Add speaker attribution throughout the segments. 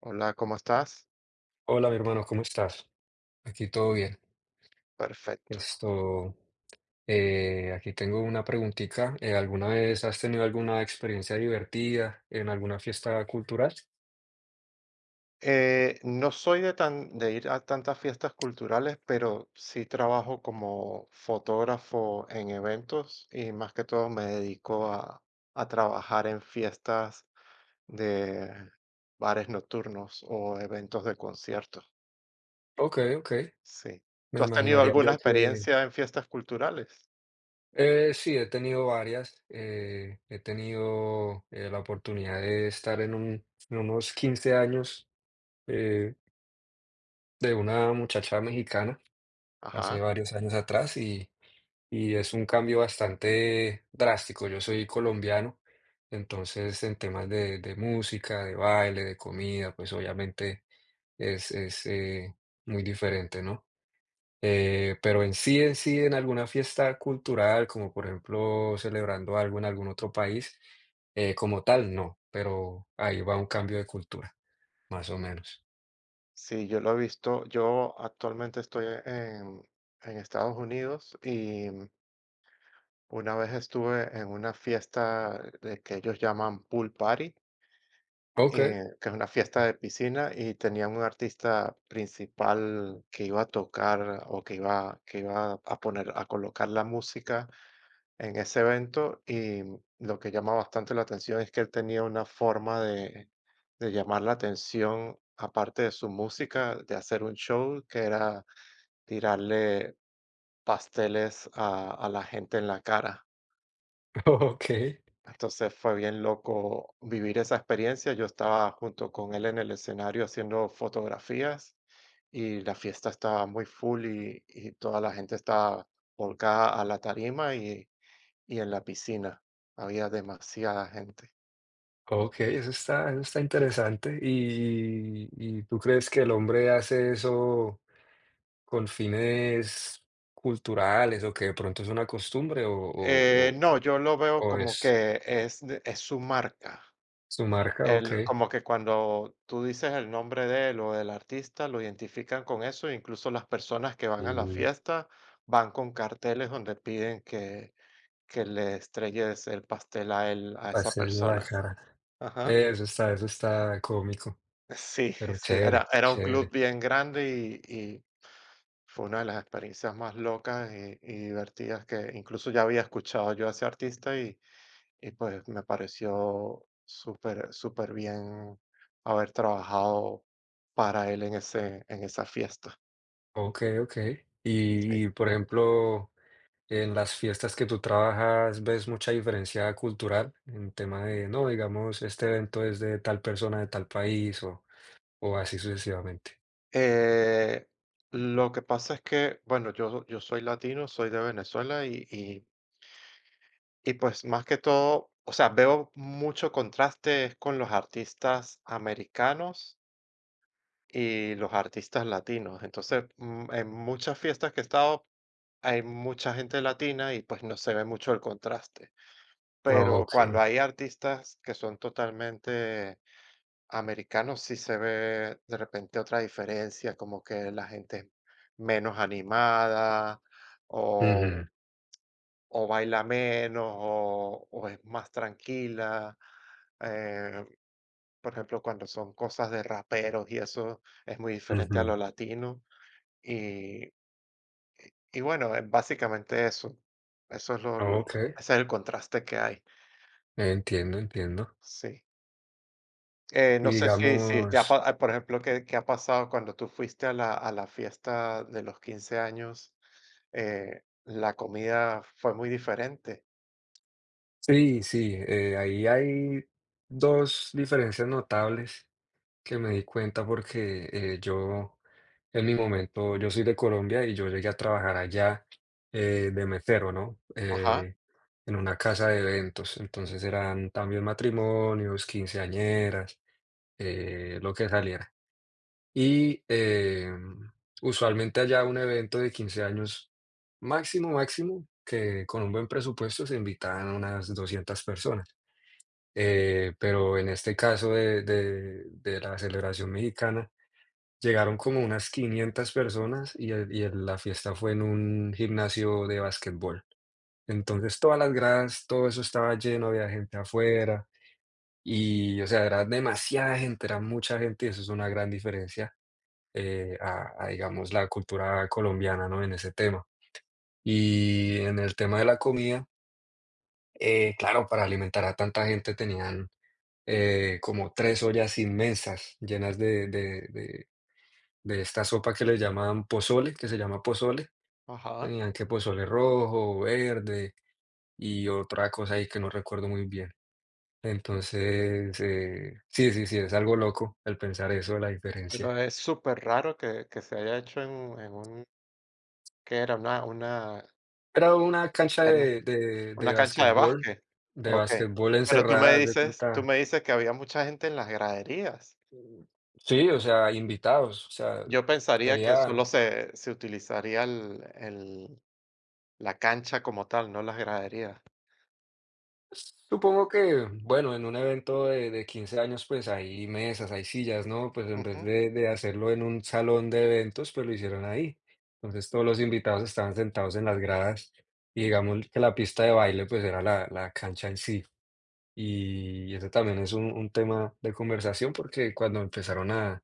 Speaker 1: Hola, ¿cómo estás?
Speaker 2: Hola, mi hermano, ¿cómo estás? Aquí todo bien.
Speaker 1: Perfecto.
Speaker 2: Esto, aquí tengo una preguntita. ¿alguna vez has tenido alguna experiencia divertida en alguna fiesta cultural?
Speaker 1: No soy de ir a tantas fiestas culturales, pero sí trabajo como fotógrafo en eventos y más que todo me dedico a trabajar en fiestas de bares nocturnos o eventos de conciertos.
Speaker 2: Ok, ok.
Speaker 1: Sí.
Speaker 2: Me
Speaker 1: ¿Tú has tenido
Speaker 2: imaginaría
Speaker 1: alguna
Speaker 2: yo que.
Speaker 1: experiencia en fiestas culturales?
Speaker 2: Sí, he tenido varias. He tenido la oportunidad de estar en unos 15 años eh, de una muchacha mexicana. Hace
Speaker 1: Ajá.
Speaker 2: varios años atrás, y es un cambio bastante drástico. Yo soy colombiano, entonces en temas de música, de baile, de comida, pues obviamente es muy diferente, ¿no? Pero en sí, en sí, en alguna fiesta cultural, como por ejemplo celebrando algo en algún otro país, como tal, no, pero ahí va un cambio de cultura, más o menos.
Speaker 1: Sí, yo lo he visto. Yo actualmente estoy en Estados Unidos y una vez estuve en una fiesta de que ellos llaman pool party,
Speaker 2: Ok,
Speaker 1: que es una fiesta de piscina y tenían un artista principal que iba a tocar o que iba a poner, a colocar la música en ese evento y lo que llama bastante la atención es que él tenía una forma de llamar la atención, aparte de su música, de hacer un show que era tirarle pasteles a la gente en la cara.
Speaker 2: ok.
Speaker 1: Entonces fue bien loco vivir esa experiencia. Yo estaba junto con él en el escenario haciendo fotografías y la fiesta estaba muy full y toda la gente estaba volcada a la tarima y en la piscina. Había demasiada gente.
Speaker 2: Ok, eso está interesante. ¿Y tú crees que el hombre hace eso con fines culturales, o que de pronto es una costumbre,
Speaker 1: No, yo lo veo
Speaker 2: o
Speaker 1: como
Speaker 2: es
Speaker 1: que es su marca.
Speaker 2: su marca? Ok.
Speaker 1: El como que cuando tú dices el nombre de él o del artista, lo identifican con eso, incluso las personas que van a la
Speaker 2: Mm,
Speaker 1: fiesta van con carteles donde piden que le estrelles el pastel a él, a esa
Speaker 2: pasarle la
Speaker 1: persona.
Speaker 2: cara.
Speaker 1: Ajá.
Speaker 2: Eso está cómico,
Speaker 1: Sí,
Speaker 2: pero
Speaker 1: sí, era,
Speaker 2: chévere,
Speaker 1: era un club
Speaker 2: chévere.
Speaker 1: bien grande y fue una de las experiencias más locas y divertidas que incluso ya había escuchado yo a ese artista y pues me pareció súper, súper bien haber trabajado para él en ese, en esa fiesta.
Speaker 2: Ok, ok.
Speaker 1: Sí.
Speaker 2: Y por ejemplo. En las fiestas que tú trabajas, ¿ves mucha diferencia cultural en tema de, no, digamos, este evento es de tal persona de tal país, o así sucesivamente?
Speaker 1: Eh, lo que pasa es que, bueno, yo soy latino, soy de Venezuela y pues más que todo, o sea, veo mucho contraste con los artistas americanos y los artistas latinos. Entonces, en muchas fiestas que he estado, hay mucha gente latina y pues no se ve mucho el contraste. Pero
Speaker 2: Ok.
Speaker 1: cuando hay artistas que son totalmente americanos, sí se ve de repente otra diferencia, como que la gente es menos animada
Speaker 2: Ujú,
Speaker 1: o o baila menos o es más tranquila. eh, por ejemplo, cuando son cosas de raperos y eso es muy diferente a
Speaker 2: ujú.
Speaker 1: lo latino. Y, y bueno, es básicamente eso. Eso es
Speaker 2: Ok,
Speaker 1: ese es el contraste que hay.
Speaker 2: entiendo, entiendo.
Speaker 1: Sí.
Speaker 2: Y
Speaker 1: No sé si te ha pa-
Speaker 2: digamos,
Speaker 1: ah, por ejemplo, ¿qué ha pasado cuando tú fuiste a la fiesta de los 15 años? La comida fue muy diferente.
Speaker 2: sí, sí, ahí hay dos diferencias notables que me di cuenta porque yo. En mi momento, yo soy de Colombia y yo llegué a trabajar allá de mesero, ¿no?
Speaker 1: Ajá,
Speaker 2: En una casa de eventos. Entonces eran también matrimonios, quinceañeras, lo que saliera. Y usualmente allá un evento de 15 años máximo, máximo, que con un buen presupuesto se invitaban unas 200 personas. Pero en este caso de, de la celebración mexicana, llegaron como unas 500 personas y el la fiesta fue en un gimnasio de básquetbol. Entonces, todas las gradas, todo eso estaba lleno, había gente afuera, y, o sea, era demasiada gente, era mucha gente, y eso es una gran diferencia, a, digamos, la cultura colombiana, ¿no?, en ese tema. Y en el tema de la comida, claro, para alimentar a tanta gente tenían, como 3 ollas inmensas llenas de esta sopa que le llaman pozole, que se llama pozole.
Speaker 1: ajá.
Speaker 2: Tenían que pozole rojo, verde y otra cosa ahí que no recuerdo muy bien. Entonces, sí, sí, sí, es algo loco el pensar eso, la diferencia.
Speaker 1: Pero es súper raro que se haya hecho en un que era? Una
Speaker 2: Era una cancha
Speaker 1: era una cancha de básquet.
Speaker 2: de
Speaker 1: Okey.
Speaker 2: básquetbol
Speaker 1: Pero tú
Speaker 2: encerrada,
Speaker 1: me
Speaker 2: haz de
Speaker 1: dices tú
Speaker 2: cuenta.
Speaker 1: me dices que había mucha gente en las graderías.
Speaker 2: Mm, sí, o sea, invitados, o sea,
Speaker 1: Yo pensaría que
Speaker 2: sería.
Speaker 1: solo se utilizaría el la cancha como tal, no las graderías.
Speaker 2: Supongo que, bueno, en un evento de 15 años, pues hay mesas, hay sillas, ¿no? Pues en vez
Speaker 1: Ujú,
Speaker 2: de hacerlo en un salón de eventos, pues lo hicieron ahí. Entonces todos los invitados estaban sentados en las gradas, y digamos que la pista de baile, pues era la, la cancha en sí. Y ese también es un tema de conversación, porque cuando empezaron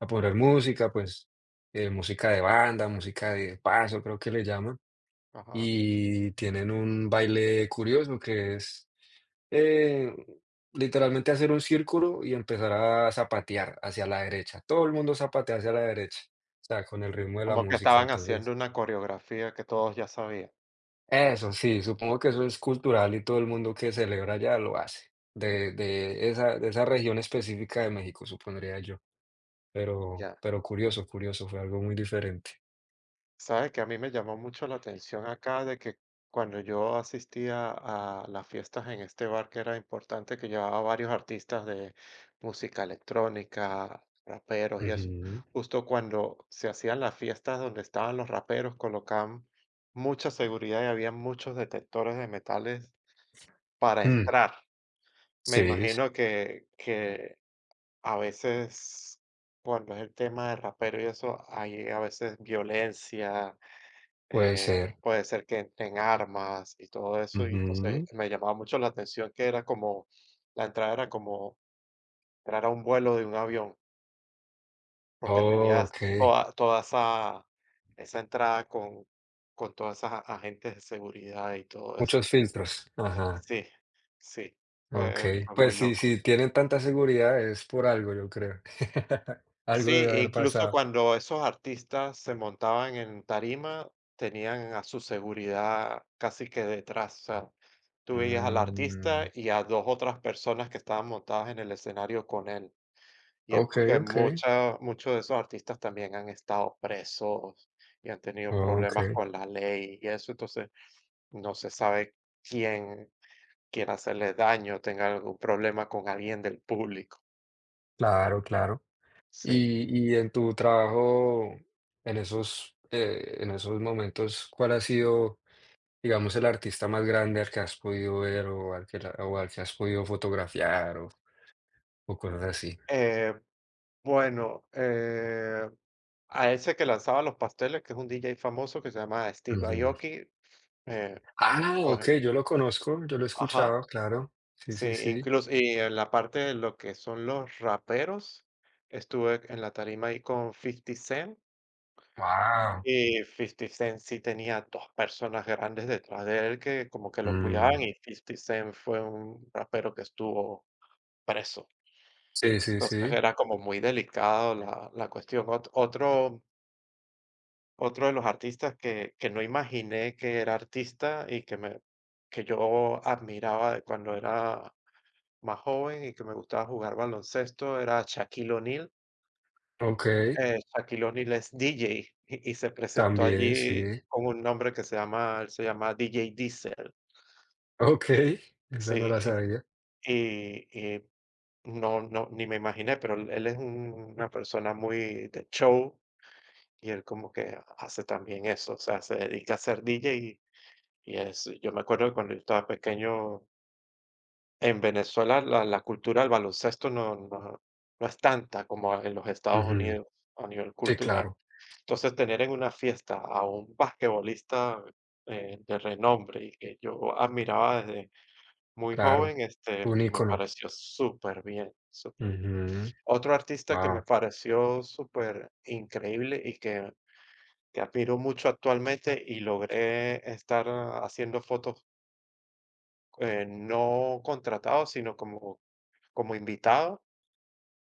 Speaker 2: a poner música, pues música de banda, música de paso, creo que le llaman,
Speaker 1: ajá.
Speaker 2: y tienen un baile curioso que es eh, literalmente hacer un círculo y empezar a zapatear hacia la derecha. Todo el mundo zapatea hacia la derecha, o sea, con el ritmo de la
Speaker 1: Como que
Speaker 2: música.
Speaker 1: estaban haciendo
Speaker 2: Entonces,
Speaker 1: una coreografía que todos ya sabían.
Speaker 2: eso sí, supongo que eso es cultural y todo el mundo que celebra allá lo hace, de esa región específica de México, supondría yo, pero
Speaker 1: Ya.
Speaker 2: pero curioso, curioso, fue algo muy diferente.
Speaker 1: Sabes que a mí me llamó mucho la atención acá de que cuando yo asistía a las fiestas en este bar que era importante, que llevaba varios artistas de música electrónica, raperos y eso,
Speaker 2: Ujú.
Speaker 1: justo cuando se hacían las fiestas donde estaban los raperos, colocaban mucha seguridad y había muchos detectores de metales para
Speaker 2: Mm,
Speaker 1: entrar. Me
Speaker 2: sí,
Speaker 1: imagino que a veces, cuando es el tema de rapero y eso, hay a veces violencia
Speaker 2: puede ser.
Speaker 1: puede ser que entren armas y todo eso, y entonces
Speaker 2: Ujú.
Speaker 1: me llamaba mucho la atención que la entrada era como entrar a un vuelo de un avión, porque tenías
Speaker 2: Okey.
Speaker 1: toda esa entrada con todas esas agentes de seguridad y todo eso.
Speaker 2: Muchos filtros. Ajá.
Speaker 1: Sí, sí, fue,
Speaker 2: Okey.
Speaker 1: fue
Speaker 2: Pues
Speaker 1: muy
Speaker 2: sí,
Speaker 1: loco.
Speaker 2: si tienen tanta seguridad es por algo, yo creo. Algo
Speaker 1: Sí,
Speaker 2: debe
Speaker 1: e
Speaker 2: haber
Speaker 1: incluso
Speaker 2: pasado.
Speaker 1: cuando esos artistas se montaban en tarima, tenían a su seguridad casi que detrás. O sea, tú veías al artista
Speaker 2: Mm,
Speaker 1: y a dos otras personas que estaban montadas en el escenario con él. Y es
Speaker 2: okey,
Speaker 1: porque
Speaker 2: okey,
Speaker 1: mucha, muchos de esos artistas también han estado presos y han tenido problemas
Speaker 2: okey.
Speaker 1: con la ley y eso. Entonces, no se sabe quién quiera hacerle daño, tenga algún problema con alguien del público.
Speaker 2: Claro, claro.
Speaker 1: Sí.
Speaker 2: Y en tu trabajo, en esos momentos, ¿cuál ha sido, digamos, el artista más grande al que has podido ver, o al que has podido fotografiar, o cosas así?
Speaker 1: Eh, bueno, a ese que lanzaba los pasteles, que es un DJ famoso que se llama Steve
Speaker 2: Ujú.
Speaker 1: Aoki, eh,
Speaker 2: Ah,
Speaker 1: pues,
Speaker 2: okey, yo lo conozco, yo lo he
Speaker 1: ajá,
Speaker 2: escuchado, claro. Sí,
Speaker 1: sí,
Speaker 2: sí, sí.
Speaker 1: incluso, y en la parte de lo que son los raperos, estuve en la tarima ahí con Fifty Cent,
Speaker 2: Wow.
Speaker 1: y Fifty Cent sí tenía dos personas grandes detrás de él que como que lo cuidaban, y Fifty Cent fue un rapero que estuvo preso.
Speaker 2: Sí, sí,
Speaker 1: Entonces
Speaker 2: sí.
Speaker 1: era como muy delicado la cuestión. Otro de los artistas que no imaginé que era artista y que yo admiraba de cuando era más joven y que me gustaba jugar baloncesto era Shaquille O'Neal.
Speaker 2: Okey,
Speaker 1: Shaquille O'Neal es DJ y se presentó
Speaker 2: también,
Speaker 1: allí
Speaker 2: sí.
Speaker 1: con un nombre que se llama él se llama DJ Diesel.
Speaker 2: Okey, esa
Speaker 1: Sí,
Speaker 2: no la sabía.
Speaker 1: y y no ni me imaginé, pero él es un- una persona muy de show y él como que hace también eso, o sea, se dedica a ser DJ. Y es yo me acuerdo que cuando yo estaba pequeño, en Venezuela la cultura del baloncesto no es tanta como en los Estados
Speaker 2: Ujú.
Speaker 1: Unidos a nivel
Speaker 2: Sí,
Speaker 1: cultural.
Speaker 2: claro,
Speaker 1: Entonces, tener en una fiesta a un basquetbolista, de renombre y que yo admiraba desde muy
Speaker 2: claro.
Speaker 1: joven, este,
Speaker 2: Un
Speaker 1: me
Speaker 2: icono.
Speaker 1: pareció súper bien, súper bien.
Speaker 2: Ujú.
Speaker 1: Otro artista que me
Speaker 2: Guau.
Speaker 1: pareció súper increíble y que admiro mucho actualmente y logré estar haciendo fotos no contratado, sino como, como invitado,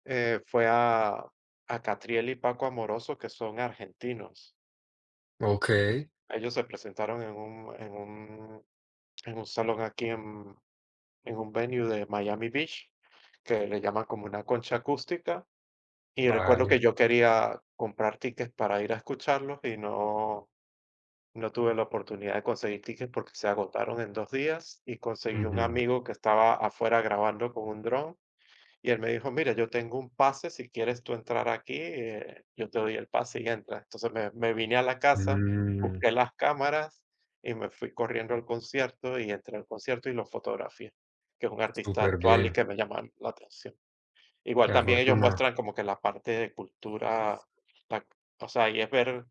Speaker 1: fue a Catriel y Paco Amoroso, que son argentinos.
Speaker 2: Okey,
Speaker 1: Ellos se presentaron en un salón aquí en un venue de Miami Beach, que le llaman como una concha acústica. Y recuerdo
Speaker 2: vale.
Speaker 1: que yo quería comprar tickets para ir a escucharlos y no, no tuve la oportunidad de conseguir tickets porque se agotaron en 2 días y conseguí un
Speaker 2: Ujú.
Speaker 1: amigo que estaba afuera grabando con un dron. Y él me dijo, mira, yo tengo un pase, si quieres tú entrar aquí, yo te doy el pase y entras. Entonces me vine a la casa,
Speaker 2: Mm,
Speaker 1: busqué las cámaras y me fui corriendo al concierto y entré al concierto y lo fotografié, que es un artista actual y
Speaker 2: superbién.
Speaker 1: que me llama la atención.
Speaker 2: Qué
Speaker 1: Igual también ellos
Speaker 2: afortunado.
Speaker 1: muestran como que la parte de cultura, la- o sea, y es ver,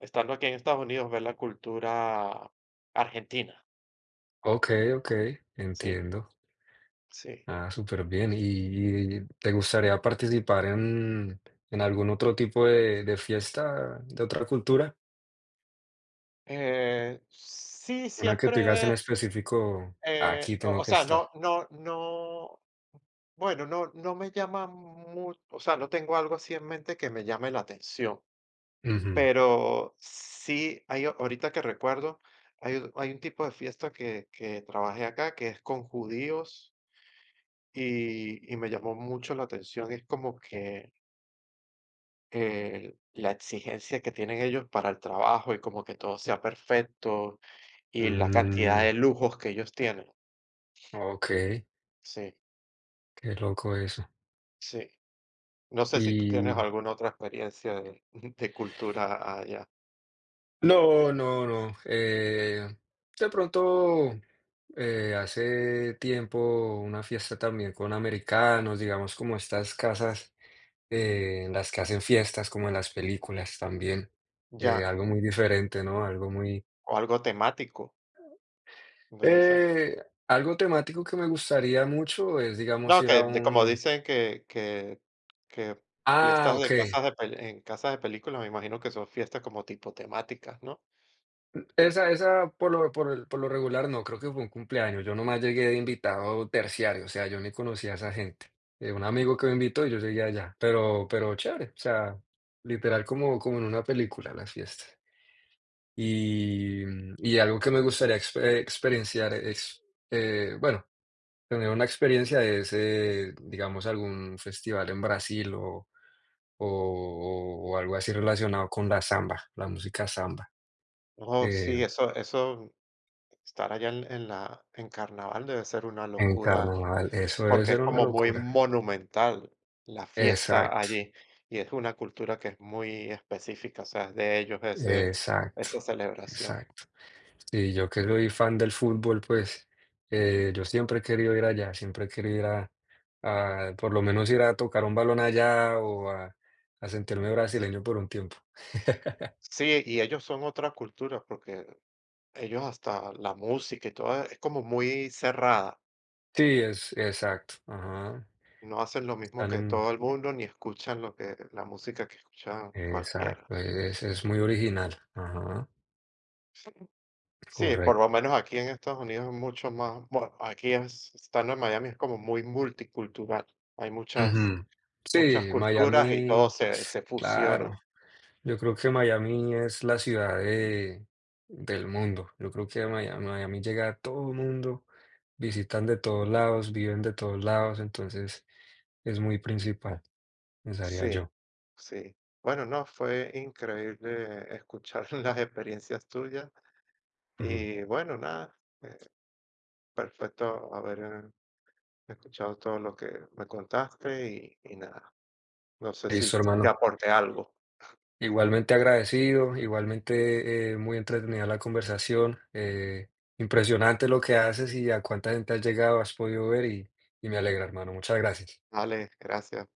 Speaker 1: estando aquí en Estados Unidos, ver la cultura argentina,
Speaker 2: Okey, okey,
Speaker 1: sí,
Speaker 2: entiendo.
Speaker 1: sí.
Speaker 2: Ah, superbién. ¿Y te gustaría participar en algún otro tipo de fiesta de otra cultura?
Speaker 1: Sí,
Speaker 2: Una que tú digas en
Speaker 1: siempre.
Speaker 2: específico: "Aquí
Speaker 1: O
Speaker 2: tengo
Speaker 1: o
Speaker 2: que
Speaker 1: sea,
Speaker 2: estar".
Speaker 1: no, bueno, no me llama mucho, o sea, no tengo algo así en mente que me llame la atención,
Speaker 2: Ujú.
Speaker 1: pero sí hay o- ahorita que recuerdo, hay un tipo de fiesta que trabajé acá, que es con judíos y me llamó mucho la atención, es como que, la exigencia que tienen ellos para el trabajo y como que todo sea perfecto y la cantidad
Speaker 2: Mm,
Speaker 1: de lujos que ellos tienen.
Speaker 2: okey,
Speaker 1: Sí,
Speaker 2: qué loco eso.
Speaker 1: sí. No sé si tú tienes
Speaker 2: Y
Speaker 1: alguna otra experiencia de, de cultura allá,
Speaker 2: no, no, no, de pronto, hace tiempo una fiesta también con americanos, digamos, como estas casas, en las que hacen fiestas, como en las películas también,
Speaker 1: ya,
Speaker 2: algo muy diferente, ¿no?
Speaker 1: o algo temático, debe ser.
Speaker 2: Eh, Algo temático que me gustaría mucho es, digamos,
Speaker 1: No,
Speaker 2: ir a
Speaker 1: que de- como
Speaker 2: un.
Speaker 1: dicen que
Speaker 2: Ah,
Speaker 1: fiestas de
Speaker 2: okey.
Speaker 1: casas de pel- en casas de películas, me imagino que son fiestas como tipo temáticas, ¿no?
Speaker 2: Esa esa por lo regular no, creo que fue un cumpleaños. Yo nomás llegué de invitado terciario, o sea, yo ni conocía a esa gente. Un amigo que me invitó y yo llegué allá, pero chévere, o sea, literal, como como en una película las fiestas. Y y algo que me gustaría experienciar es, bueno, tener una experiencia es, digamos, algún festival en Brasil o algo así relacionado con la samba, la música samba.
Speaker 1: Oh, sí, eso, estar allá en carnaval debe ser una
Speaker 2: En
Speaker 1: locura,
Speaker 2: carnaval, eso debe
Speaker 1: porque
Speaker 2: ser
Speaker 1: es
Speaker 2: una
Speaker 1: como muy
Speaker 2: locura.
Speaker 1: monumental la fiesta
Speaker 2: Exacto,
Speaker 1: allí, y es una cultura que es muy específica, o sea, es de ellos ese,
Speaker 2: exacto,
Speaker 1: esa celebración.
Speaker 2: exacto. Y yo que soy fan del fútbol, pues yo siempre he querido ir allá, siempre he querido ir por lo menos ir a tocar un balón allá, o a sentirme brasileño por un tiempo.
Speaker 1: Sí, y ellos son otra cultura, porque ellos hasta la música y todo es como muy cerrada.
Speaker 2: Sí, es exacto, ajá.
Speaker 1: No hacen lo mismo
Speaker 2: Están
Speaker 1: que
Speaker 2: en,
Speaker 1: todo el mundo, ni escuchan lo que, la música que escuchan cualquiera.
Speaker 2: exacto, es muy original, ajá,
Speaker 1: Sí, por lo
Speaker 2: correcto.
Speaker 1: menos aquí en Estados Unidos es mucho más, bueno, aquí es- estando en Miami es como muy multicultural. Hay muchas,
Speaker 2: Ujú.
Speaker 1: muchas
Speaker 2: Sí,
Speaker 1: culturas y todo
Speaker 2: Miami,
Speaker 1: se fusiona.
Speaker 2: claro. Yo creo que Miami es la ciudad del mundo. Yo creo que a Miami, Miami llega a todo el mundo, visitan de todos lados, viven de todos lados, entonces es muy principal, pensaría
Speaker 1: Sí,
Speaker 2: yo.
Speaker 1: sí. Bueno, no, fue increíble escuchar las experiencias tuyas.
Speaker 2: Ujú.
Speaker 1: Y bueno, nada. Perfecto haber escuchado todo lo que me contaste y nada, no sé
Speaker 2: Listo,
Speaker 1: si te
Speaker 2: hermano.
Speaker 1: aporté algo.
Speaker 2: Igualmente agradecido, igualmente muy entretenida la conversación. Impresionante lo que haces y a cuánta gente has llegado, has podido ver, y me alegra, hermano. Muchas gracias.
Speaker 1: Vale, gracias.